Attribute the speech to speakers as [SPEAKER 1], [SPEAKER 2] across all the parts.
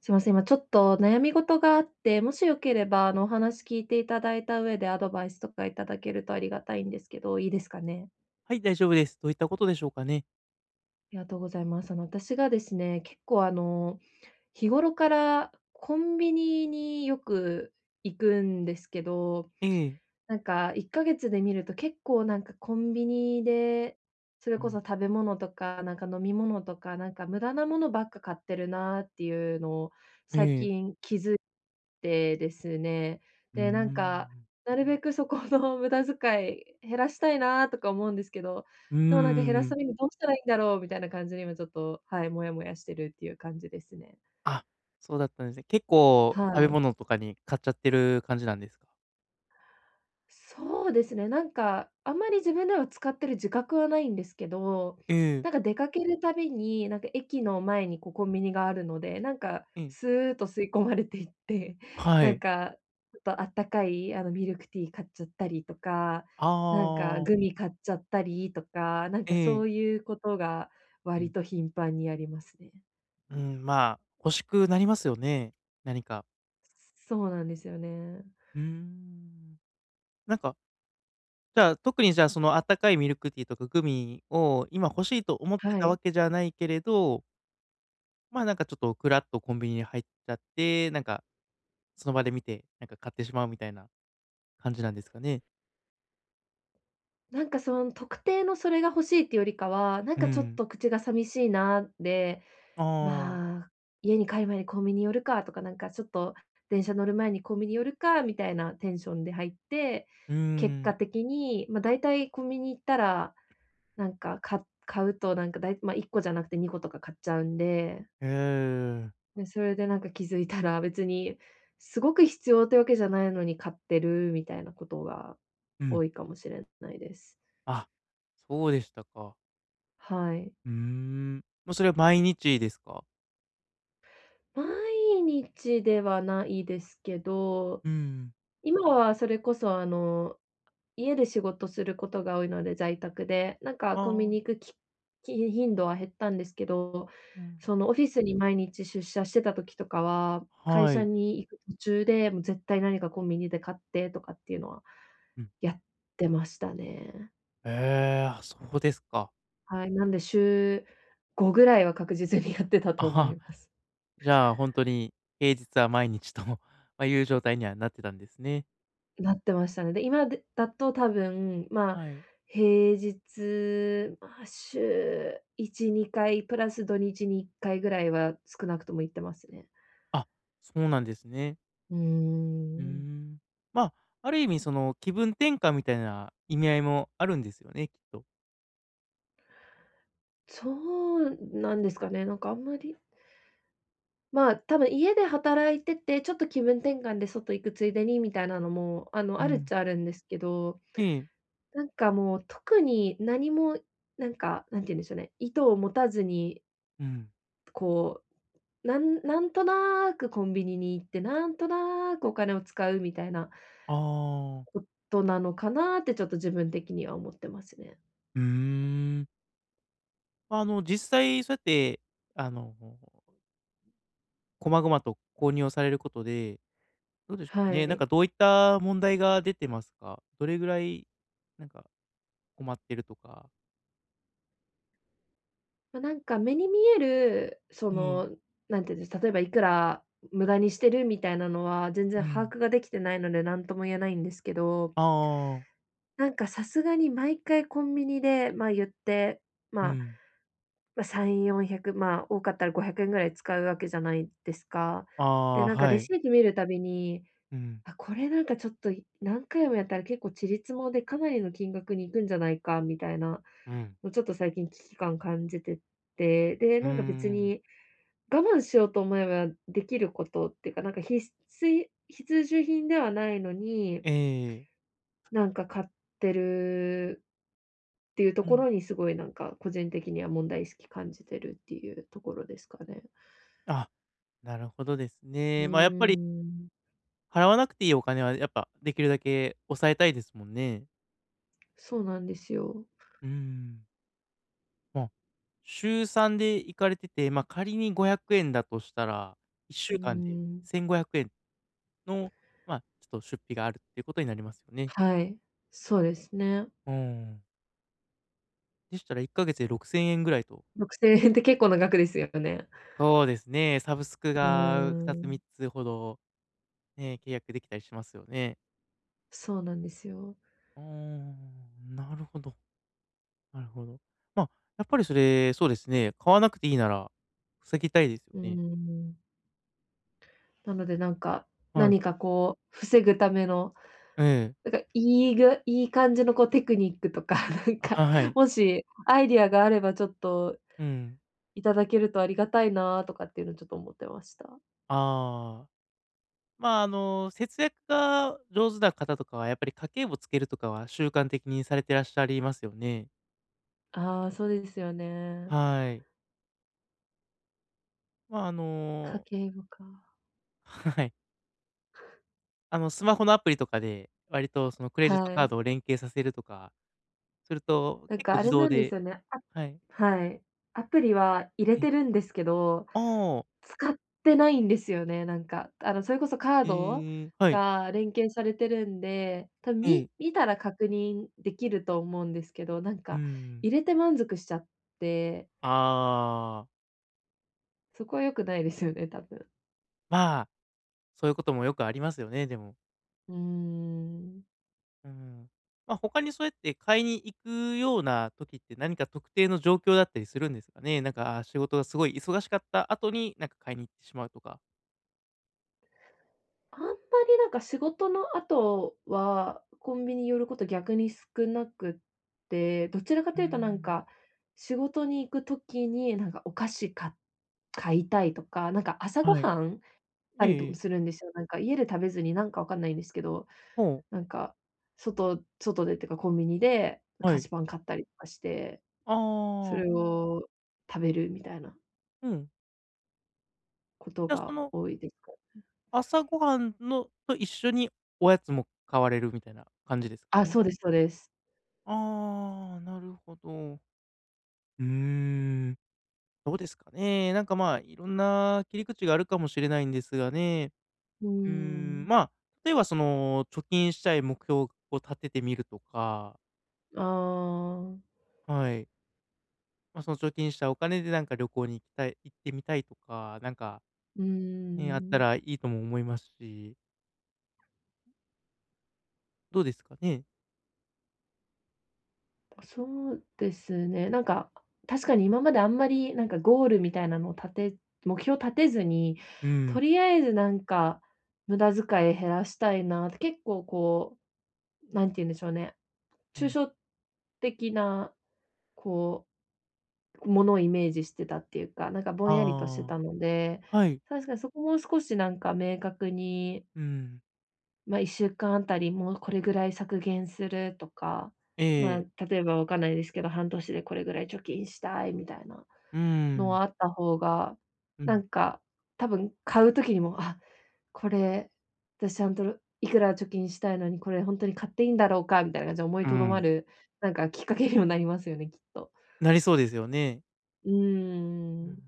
[SPEAKER 1] すいません、今ちょっと悩み事があって、もしよければ、お話聞いていただいた上でアドバイスとかいただけるとありがたいんですけど、いいですかね？
[SPEAKER 2] はい、大丈夫です。どういったことでしょうかね。
[SPEAKER 1] ありがとうございます。私がですね、結構日頃からコンビニによく行くんですけど、
[SPEAKER 2] ええ。
[SPEAKER 1] なんか1ヶ月で見ると結構なんかコンビニで、それ
[SPEAKER 2] う
[SPEAKER 1] こ
[SPEAKER 2] ん。
[SPEAKER 1] そ食べ物とか、なんか飲み物とか、なんか無駄なものばっか買ってるなっていうのを
[SPEAKER 2] え
[SPEAKER 1] 最
[SPEAKER 2] え。
[SPEAKER 1] 近気づいてですね。
[SPEAKER 2] うー
[SPEAKER 1] で、なんか、
[SPEAKER 2] ん。
[SPEAKER 1] なるべくそこの無駄遣い減らしたいなとか思うんですけど、
[SPEAKER 2] うー
[SPEAKER 1] でもなんか減らす
[SPEAKER 2] ん。
[SPEAKER 1] ためにどうしたらいいんだろうみたいな感じで今ちょっと、はい、モヤモヤしてるっていう感じですね。
[SPEAKER 2] あ、そうだったんですね。結構食
[SPEAKER 1] は
[SPEAKER 2] べ
[SPEAKER 1] い。
[SPEAKER 2] 物とかに買っちゃってる感じなんですか？
[SPEAKER 1] そうですね、なんかあんまり自分では使ってる自覚はないんですけど、
[SPEAKER 2] ええ、
[SPEAKER 1] なんか出かけるたびに、なんか駅の前にこうコンビニがあるので、なんか
[SPEAKER 2] ええ。
[SPEAKER 1] スーッと吸い込まれていって、
[SPEAKER 2] は
[SPEAKER 1] なん
[SPEAKER 2] い。
[SPEAKER 1] かちょっとあったかいミルクティー買っちゃったりとか、
[SPEAKER 2] あ
[SPEAKER 1] なんか
[SPEAKER 2] あ、
[SPEAKER 1] グミ買っちゃったりとか、なん
[SPEAKER 2] え
[SPEAKER 1] かそ
[SPEAKER 2] え。
[SPEAKER 1] ういうことが
[SPEAKER 2] う
[SPEAKER 1] 割
[SPEAKER 2] ん。
[SPEAKER 1] と頻繁にありますね。
[SPEAKER 2] うーん、まあ、欲しくなりますよね、何か。
[SPEAKER 1] そうなんですよね。
[SPEAKER 2] うーん。なんか、じゃあ、特にじゃあ、そのあったかいミルクティーとかグミを今欲しいと思って
[SPEAKER 1] は
[SPEAKER 2] たわ
[SPEAKER 1] い。
[SPEAKER 2] けじゃないけれど、まあ、なんかちょっとふらっとコンビニに入っちゃって、なんかその場で見て、なんか買ってしまうみたいな感じなんですかね？
[SPEAKER 1] なんかその特定のそれが欲しいっていうよりかは、なん
[SPEAKER 2] う
[SPEAKER 1] かちょっ
[SPEAKER 2] ん。
[SPEAKER 1] と口が寂しいなで、
[SPEAKER 2] ああ、
[SPEAKER 1] まあ、家に帰る前にコンビニ寄るかとか、なんかちょっと電車乗る前にコンビニ寄るかみたいなテンションで入って、
[SPEAKER 2] う
[SPEAKER 1] 結
[SPEAKER 2] ん。
[SPEAKER 1] 果的に、ま、大体コンビニ行ったら、なんか、買うとなんかだいま、1個じゃなくて2個とか買っちゃうんで。
[SPEAKER 2] へえ。
[SPEAKER 1] で、それでなんか気づいたら、別にすごく必要ってわけじゃないのに買ってるみたいなことが
[SPEAKER 2] うん。
[SPEAKER 1] 多いかもしれないです。
[SPEAKER 2] あ、そうでしたか。
[SPEAKER 1] はい。
[SPEAKER 2] うーん。もうそれは毎日ですか？
[SPEAKER 1] 毎日ではないですけど、
[SPEAKER 2] うん。
[SPEAKER 1] 今はそれこそ家で仕事することが多いので、在宅で、なんかコンビ
[SPEAKER 2] ああ、
[SPEAKER 1] ニ行く頻度は減ったんですけど、
[SPEAKER 2] うん。
[SPEAKER 1] そのオフィスに毎日出社してた時とかは、会
[SPEAKER 2] は
[SPEAKER 1] 社
[SPEAKER 2] い。
[SPEAKER 1] に行く途中で、もう絶対何かコンビニで買ってとかっていうのは
[SPEAKER 2] うん。
[SPEAKER 1] やってましたね。
[SPEAKER 2] ええ、あ、そうですか。
[SPEAKER 1] はい、なんで週5ぐらいは確実にやってた
[SPEAKER 2] あ
[SPEAKER 1] と思
[SPEAKER 2] は、
[SPEAKER 1] います。
[SPEAKER 2] じゃあほんとに平日は毎日と、ま、いう状態にはなってたんですね。
[SPEAKER 1] なってましたね。で、今だと多分、まあ、
[SPEAKER 2] はい。
[SPEAKER 1] 平日、まあ、週1、2回プラス土日に1回ぐらいは少なくとも行ってますね。
[SPEAKER 2] あ、そうなんですね。
[SPEAKER 1] うー
[SPEAKER 2] うー
[SPEAKER 1] ん。
[SPEAKER 2] ん。まあ、ある意味その気分転換みたいな意味合いもあるんですよね、きっと。
[SPEAKER 1] そうなんですかね。なんかあんまり、まあ、多分家で働いてて、ちょっと気分転換で外行くついでにみたいなのも、
[SPEAKER 2] う
[SPEAKER 1] あるっ
[SPEAKER 2] ん。
[SPEAKER 1] ちゃあるんですけど、
[SPEAKER 2] ええ。
[SPEAKER 1] なんかもう特に何も、なんか、なんて言うんでしょうね、意図を持たずに、
[SPEAKER 2] うん。
[SPEAKER 1] こなんなんとなくコンビニに行って、なんとなくお金を使うみたいな
[SPEAKER 2] ああ、
[SPEAKER 1] ことなのかなってちょっと自分的には思ってますね。
[SPEAKER 2] うーん。まあ、実際そうやって、あの、細々と購入をされることで、どうでしょうか
[SPEAKER 1] は
[SPEAKER 2] ね、なん
[SPEAKER 1] い。
[SPEAKER 2] かどういった問題が出てますか？どれぐらい、なんか困ってるとか。
[SPEAKER 1] ま、なんか目に見える、
[SPEAKER 2] ええ、
[SPEAKER 1] なんていうんです、例えばいくら無駄にしてるみたいなのは、全然
[SPEAKER 2] う
[SPEAKER 1] 把
[SPEAKER 2] ん。
[SPEAKER 1] 握ができてないので、なんとも言えないんですけど、
[SPEAKER 2] ああ、
[SPEAKER 1] なんかさすがに毎回コンビニで、まあ、言って、
[SPEAKER 2] う
[SPEAKER 1] まあ、
[SPEAKER 2] ん。
[SPEAKER 1] ま、3、400、まあ、多かったら500円ぐらい使うわけじゃないですか。
[SPEAKER 2] あ
[SPEAKER 1] で、
[SPEAKER 2] あ、
[SPEAKER 1] なんか
[SPEAKER 2] は
[SPEAKER 1] レ
[SPEAKER 2] い。
[SPEAKER 1] シート見るたびに
[SPEAKER 2] うん、
[SPEAKER 1] あ、これなんかちょっと、何回もやったら結構ちりつもでかなりの金額に行くんじゃないかみたいな
[SPEAKER 2] うん。
[SPEAKER 1] の、ちょっと最近危機感感じてて、で、
[SPEAKER 2] うー
[SPEAKER 1] なんか別
[SPEAKER 2] ん。
[SPEAKER 1] に我慢しようと思えばできることっていうか、なんか必需品ではないのに、
[SPEAKER 2] ええ。
[SPEAKER 1] なんか買ってるっていうと
[SPEAKER 2] う
[SPEAKER 1] こ
[SPEAKER 2] ん。
[SPEAKER 1] ろにすごいなんか個人的には問題意識感じてるっていうところですかね。
[SPEAKER 2] あ、なるほどです
[SPEAKER 1] うー
[SPEAKER 2] ね。まあ、やっぱり
[SPEAKER 1] ん、
[SPEAKER 2] 払わなくていいお金は、やっぱできるだけ抑えたいですもんね。
[SPEAKER 1] そうなんですよ。
[SPEAKER 2] うーん。まあ、週3で行かれてて、まあ、仮に500円だとしたら、1
[SPEAKER 1] うー
[SPEAKER 2] 週間で
[SPEAKER 1] ん。
[SPEAKER 2] 1500円の、まあ、ちょっと出費があるっていうことになりますよね。
[SPEAKER 1] はい、そうですね。
[SPEAKER 2] うーん。でしたら1ヶ月で6000円ぐらいと。
[SPEAKER 1] 6,000円って結構な額ですよね。
[SPEAKER 2] そうですね。サブスク
[SPEAKER 1] うー
[SPEAKER 2] が2つ3
[SPEAKER 1] ん、
[SPEAKER 2] つほど、ね、契約できたりしますよね。
[SPEAKER 1] そうなんですよ。
[SPEAKER 2] うーん、なるほど。なるほど。まあ、やっぱりそれ、そうですね、買わなくていいなら、防ぎたいですよ
[SPEAKER 1] うー
[SPEAKER 2] ね。
[SPEAKER 1] ん。なのでなんか、
[SPEAKER 2] はい。
[SPEAKER 1] 何かこう防ぐための、
[SPEAKER 2] ええ。
[SPEAKER 1] なんかいい感じのこうテクニックとか、なん
[SPEAKER 2] あ、
[SPEAKER 1] か、
[SPEAKER 2] はい。
[SPEAKER 1] もしアイディアがあればちょっと
[SPEAKER 2] うん。
[SPEAKER 1] いただけるとありがたいなとかっていうのちょっと思ってました。
[SPEAKER 2] ああ。まあ、節約が上手な方とかは、やっぱり家計簿つけるとかは習慣的にされてらっしゃりますよね。
[SPEAKER 1] ああ、そうですよね。
[SPEAKER 2] はい。まあ、
[SPEAKER 1] 家計簿か。
[SPEAKER 2] はい。スマホのアプリとかで、割とそのクレジット
[SPEAKER 1] は
[SPEAKER 2] カー
[SPEAKER 1] い。
[SPEAKER 2] ドを連携させるとかすると、
[SPEAKER 1] なん
[SPEAKER 2] 結構
[SPEAKER 1] かあ
[SPEAKER 2] 自
[SPEAKER 1] れ
[SPEAKER 2] 動
[SPEAKER 1] なんで
[SPEAKER 2] で、
[SPEAKER 1] すよね。
[SPEAKER 2] はい。
[SPEAKER 1] はい。アプリは入れ
[SPEAKER 2] え。
[SPEAKER 1] てるんですけど
[SPEAKER 2] ああ。
[SPEAKER 1] 使ってないんですよね、なんか。それこそカード
[SPEAKER 2] ええ、はい。
[SPEAKER 1] が連携されてるんで、多分
[SPEAKER 2] ええ。
[SPEAKER 1] 見たら確認できると思うんですけど、なん
[SPEAKER 2] うー
[SPEAKER 1] か
[SPEAKER 2] ん。
[SPEAKER 1] 入れて満足しちゃって、
[SPEAKER 2] ああ。
[SPEAKER 1] そこは良くないですよね、多分。
[SPEAKER 2] まあ、そういうこともよくありますよね、でも。
[SPEAKER 1] うーん。
[SPEAKER 2] うん。まあ、他にそうやって買いに行くような時って何か特定の状況だったりするんですかね？なんか、あ、仕事がすごい忙しかった後に、なんか買いに行ってしまうとか。
[SPEAKER 1] あんまりなんか仕事の後は、コンビニ寄ること逆に少なくって、どちらか
[SPEAKER 2] うー
[SPEAKER 1] というとなん
[SPEAKER 2] ん。
[SPEAKER 1] か、仕事に行く時になんかお菓子買いたいとか、なんか朝ご
[SPEAKER 2] はい。
[SPEAKER 1] はんた
[SPEAKER 2] ええ
[SPEAKER 1] りと
[SPEAKER 2] え
[SPEAKER 1] も
[SPEAKER 2] え。
[SPEAKER 1] するんですよ。なんか家で食べずに、なんかわかんないんですけど、
[SPEAKER 2] ほう、
[SPEAKER 1] なんか、外でっていうかコンビニで
[SPEAKER 2] は
[SPEAKER 1] 菓
[SPEAKER 2] い。
[SPEAKER 1] 子パン買ったりとかして、
[SPEAKER 2] あ
[SPEAKER 1] そ
[SPEAKER 2] あ、
[SPEAKER 1] れを食べるみたいな
[SPEAKER 2] うん。
[SPEAKER 1] こと
[SPEAKER 2] じゃ、そ
[SPEAKER 1] が
[SPEAKER 2] の
[SPEAKER 1] 多いですか。
[SPEAKER 2] 朝ごはんのと一緒におやつも買われるみたいな感じですか
[SPEAKER 1] あ、
[SPEAKER 2] ね？
[SPEAKER 1] そうです、そうです。
[SPEAKER 2] ああ、なるほど。うーん。どうですかね。なんか、まあ、いろんな切り口があるかもしれないんですがね。
[SPEAKER 1] うー
[SPEAKER 2] うーん、
[SPEAKER 1] ん。
[SPEAKER 2] まあ、例えばその、貯金したい目標を立ててみるとか、
[SPEAKER 1] ああ、
[SPEAKER 2] はい。まあ、その貯金したお金でなんか旅行に行ってみたいとか、なんか、
[SPEAKER 1] うー
[SPEAKER 2] ね、あった
[SPEAKER 1] ん。
[SPEAKER 2] らいいとも思いますし、どうですかね？
[SPEAKER 1] そうですね。なんか、確かに今まであんまり、なんかゴールみたいなのを目標立てずに、
[SPEAKER 2] うん、
[SPEAKER 1] とりあえずなんか無駄遣い減らしたいなって、結構こうなんて言うんでしょうね、
[SPEAKER 2] う
[SPEAKER 1] 抽
[SPEAKER 2] ん。
[SPEAKER 1] 象的な、こう、ものをイメージしてたっていうか、なんかぼんやりとして
[SPEAKER 2] あ
[SPEAKER 1] たので、
[SPEAKER 2] あ、はい。
[SPEAKER 1] 確かにそこもう少しなんか明確に
[SPEAKER 2] うん。
[SPEAKER 1] まあ、1週間あたりもうこれぐらい削減するとか、
[SPEAKER 2] え
[SPEAKER 1] ま
[SPEAKER 2] え。
[SPEAKER 1] あ、例えばわかんないですけど、半年でこれぐらい貯金したいみたいな
[SPEAKER 2] う
[SPEAKER 1] の
[SPEAKER 2] ん。
[SPEAKER 1] はあった方が、
[SPEAKER 2] う
[SPEAKER 1] な
[SPEAKER 2] ん。
[SPEAKER 1] んか、多分買う時にも、あ、これ、私ちゃんといくら貯金したいのに、これ本当に買っていいんだろうかみたいな感じで思い
[SPEAKER 2] う
[SPEAKER 1] とどま
[SPEAKER 2] ん。
[SPEAKER 1] る、なんかきっかけにもなりますよね、きっと。
[SPEAKER 2] なりそうですよね。
[SPEAKER 1] うー
[SPEAKER 2] うん。
[SPEAKER 1] ん。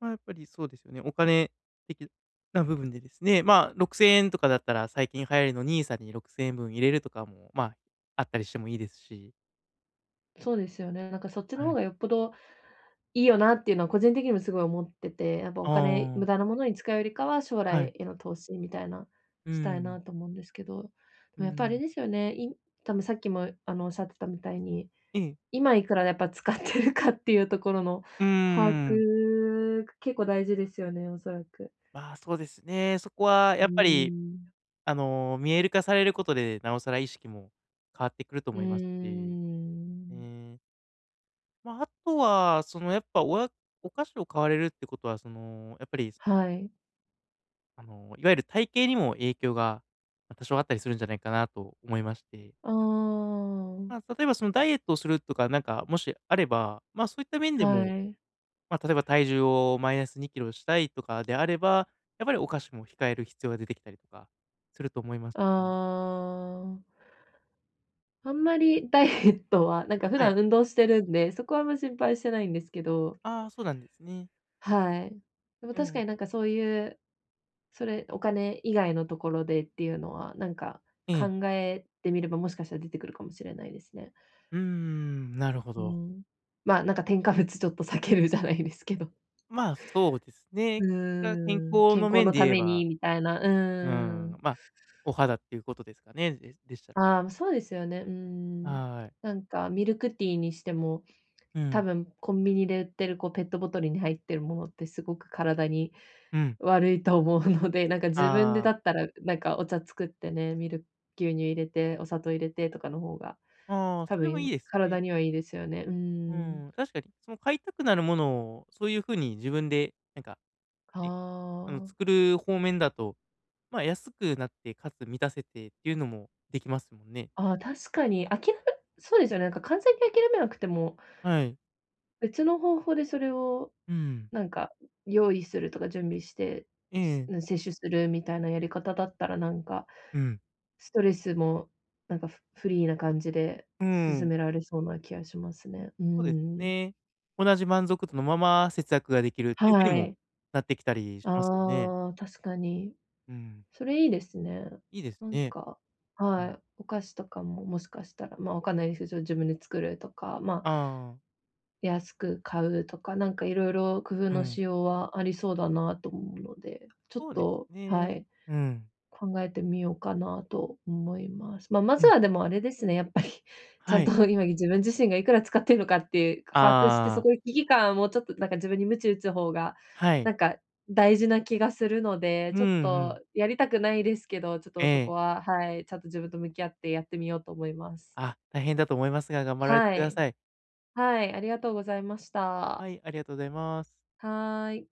[SPEAKER 2] まあ、やっぱりそうですよね。お金的な部分でですね、まあ、6,000円とかだったら最近流行りのニーサに6,000円分入れるとかも、まあ、あったりしてもいいですし。
[SPEAKER 1] そうですよね。なんかそっちの
[SPEAKER 2] は
[SPEAKER 1] 方
[SPEAKER 2] い。
[SPEAKER 1] がよっぽどいいよなっていうのは個人的にもすごい思ってて、やっぱ
[SPEAKER 2] あ
[SPEAKER 1] お金
[SPEAKER 2] あ、
[SPEAKER 1] 無駄なものに使うよりかは、将
[SPEAKER 2] はい。
[SPEAKER 1] 来への投資みたいな、
[SPEAKER 2] う
[SPEAKER 1] したい
[SPEAKER 2] ん、
[SPEAKER 1] なと思うんですけど、で
[SPEAKER 2] う
[SPEAKER 1] もやっぱあれ
[SPEAKER 2] ん。
[SPEAKER 1] ですよね、多分さっきもおっしゃってたみたいに、
[SPEAKER 2] ええ。
[SPEAKER 1] 今いくらやっぱ使ってるかっていうところの
[SPEAKER 2] うー
[SPEAKER 1] 把
[SPEAKER 2] ん。
[SPEAKER 1] 握、結構大事ですよね、おそらく。
[SPEAKER 2] まあ、そうですね。そこは
[SPEAKER 1] う
[SPEAKER 2] やっぱり、
[SPEAKER 1] ーん、
[SPEAKER 2] 見える化されることで、なおさら意識も変わってくると
[SPEAKER 1] うー
[SPEAKER 2] 思いますし。え
[SPEAKER 1] ん。
[SPEAKER 2] え、まあ、あとは、その、やっぱ、お菓子を買われるってことは、その、やっぱり
[SPEAKER 1] はい。
[SPEAKER 2] いわゆる体型にも影響が、ま、多少あったりするんじゃないかなと思いまして、
[SPEAKER 1] ああ、
[SPEAKER 2] まあ、例えばそのダイエットをするとか、なんかもしあれば、まあ、そういった面
[SPEAKER 1] は
[SPEAKER 2] でも、
[SPEAKER 1] い。
[SPEAKER 2] まあ、例えば体重をマイナス2キロしたいとかであれば、やっぱりお菓子も控える必要が出てきたりとかすると思います
[SPEAKER 1] あ
[SPEAKER 2] し。
[SPEAKER 1] あ。あんまりダイエットは、なんか普
[SPEAKER 2] はい。
[SPEAKER 1] 段運動してるんで、そこはあんま心配してないんですけど、
[SPEAKER 2] ああ、そうなんですね。
[SPEAKER 1] はい。でも
[SPEAKER 2] う
[SPEAKER 1] 確か
[SPEAKER 2] ん。
[SPEAKER 1] になんかそういう、それ、お金以外のところでっていうのは、なんか
[SPEAKER 2] え
[SPEAKER 1] 考
[SPEAKER 2] え。
[SPEAKER 1] えてみればもしかしたら出てくるかもしれないですね。
[SPEAKER 2] うーん、なるほ
[SPEAKER 1] う
[SPEAKER 2] ど。
[SPEAKER 1] ん。ま、なんか添加物ちょっと避けるじゃないですけど。
[SPEAKER 2] まあ、そうですね。
[SPEAKER 1] う
[SPEAKER 2] それは健
[SPEAKER 1] ーん、
[SPEAKER 2] 康
[SPEAKER 1] 健
[SPEAKER 2] の
[SPEAKER 1] 康
[SPEAKER 2] 面
[SPEAKER 1] の
[SPEAKER 2] で
[SPEAKER 1] た
[SPEAKER 2] 言え
[SPEAKER 1] め
[SPEAKER 2] ば、
[SPEAKER 1] にみたいな、う
[SPEAKER 2] う
[SPEAKER 1] ー
[SPEAKER 2] ん、
[SPEAKER 1] ん。
[SPEAKER 2] まあ、お肌っていうことですかね、ででしたら、
[SPEAKER 1] ああ、そうですよね、うーん。
[SPEAKER 2] はーい。
[SPEAKER 1] なんかミルクティーにしても、
[SPEAKER 2] う
[SPEAKER 1] 多
[SPEAKER 2] ん、
[SPEAKER 1] 分コンビニで売ってるこうペットボトルに入ってるものってすごく体に
[SPEAKER 2] うん。
[SPEAKER 1] 悪いと思うので、なんか自分で
[SPEAKER 2] ああ、
[SPEAKER 1] だったら、なんかお茶作ってね、ミルク牛乳入れて、お砂糖入れてとかの方が、
[SPEAKER 2] ああ、
[SPEAKER 1] 多
[SPEAKER 2] それもい
[SPEAKER 1] 分
[SPEAKER 2] いですね。
[SPEAKER 1] 体にはいいですよね。うー
[SPEAKER 2] う
[SPEAKER 1] ん。
[SPEAKER 2] ん、確かに。その買いたくなるものを、そういう風に自分でなんか、
[SPEAKER 1] あ
[SPEAKER 2] ね、
[SPEAKER 1] あ。
[SPEAKER 2] 作る方面だと、まあ、安くなって、かつ満たせてっていうのもできますもんね。
[SPEAKER 1] ああ、確かに、あきらめそうですよね、なんか完全に諦めなくても、
[SPEAKER 2] はい。
[SPEAKER 1] 別の方法でそれを
[SPEAKER 2] うん。
[SPEAKER 1] なんか用意するとか準備して、
[SPEAKER 2] ええ。
[SPEAKER 1] 摂取するみたいなやり方だったらなんか
[SPEAKER 2] うん。
[SPEAKER 1] ストレスも、なんか、フリーな感じで
[SPEAKER 2] う
[SPEAKER 1] 進
[SPEAKER 2] ん、
[SPEAKER 1] められそうな気がしますね。う
[SPEAKER 2] そうです
[SPEAKER 1] ん。
[SPEAKER 2] ね。同じ満足度のまま節約ができるっていう風に
[SPEAKER 1] は
[SPEAKER 2] も
[SPEAKER 1] い。
[SPEAKER 2] なってきたりしますよね。
[SPEAKER 1] ああ、確かに。
[SPEAKER 2] うん、
[SPEAKER 1] それいいですね。
[SPEAKER 2] いいです
[SPEAKER 1] なん
[SPEAKER 2] ね。
[SPEAKER 1] か、
[SPEAKER 2] う
[SPEAKER 1] は
[SPEAKER 2] ん。
[SPEAKER 1] い、お菓子とかも、もしかしたら、ま、わかんないですけど、自分で作るとか、ま、
[SPEAKER 2] ああ、
[SPEAKER 1] 安く買うとか、なんかいろいろ工夫
[SPEAKER 2] う
[SPEAKER 1] の
[SPEAKER 2] ん、
[SPEAKER 1] しようはありそうだなと思うので、ちょっ
[SPEAKER 2] そうです
[SPEAKER 1] とは
[SPEAKER 2] ね。
[SPEAKER 1] い、
[SPEAKER 2] うん、
[SPEAKER 1] 考えてみようかなと思います。まあ、ま
[SPEAKER 2] う
[SPEAKER 1] ず
[SPEAKER 2] ん、
[SPEAKER 1] はでもあれですね、やっぱり、ちゃ
[SPEAKER 2] は
[SPEAKER 1] ん
[SPEAKER 2] い。
[SPEAKER 1] と今自分自身がいくら使ってるのかって把握して、
[SPEAKER 2] あ
[SPEAKER 1] そ
[SPEAKER 2] あ、
[SPEAKER 1] こで危機感をもうちょっとなんか自分に鞭打つ方が、
[SPEAKER 2] はい。
[SPEAKER 1] なんか大事な気がするので、
[SPEAKER 2] うん、
[SPEAKER 1] ちょっ
[SPEAKER 2] うん。
[SPEAKER 1] とやりたくないですけど、ちょっ
[SPEAKER 2] え
[SPEAKER 1] とそ
[SPEAKER 2] え。
[SPEAKER 1] こは、はい、ちゃんと自分と向き合ってやってみようと思います。
[SPEAKER 2] あ、大変だと思いますが、頑張られて
[SPEAKER 1] は
[SPEAKER 2] くだ
[SPEAKER 1] い。
[SPEAKER 2] さい。
[SPEAKER 1] はい、ありがとうございました。
[SPEAKER 2] はい、ありがとうございます。
[SPEAKER 1] はい。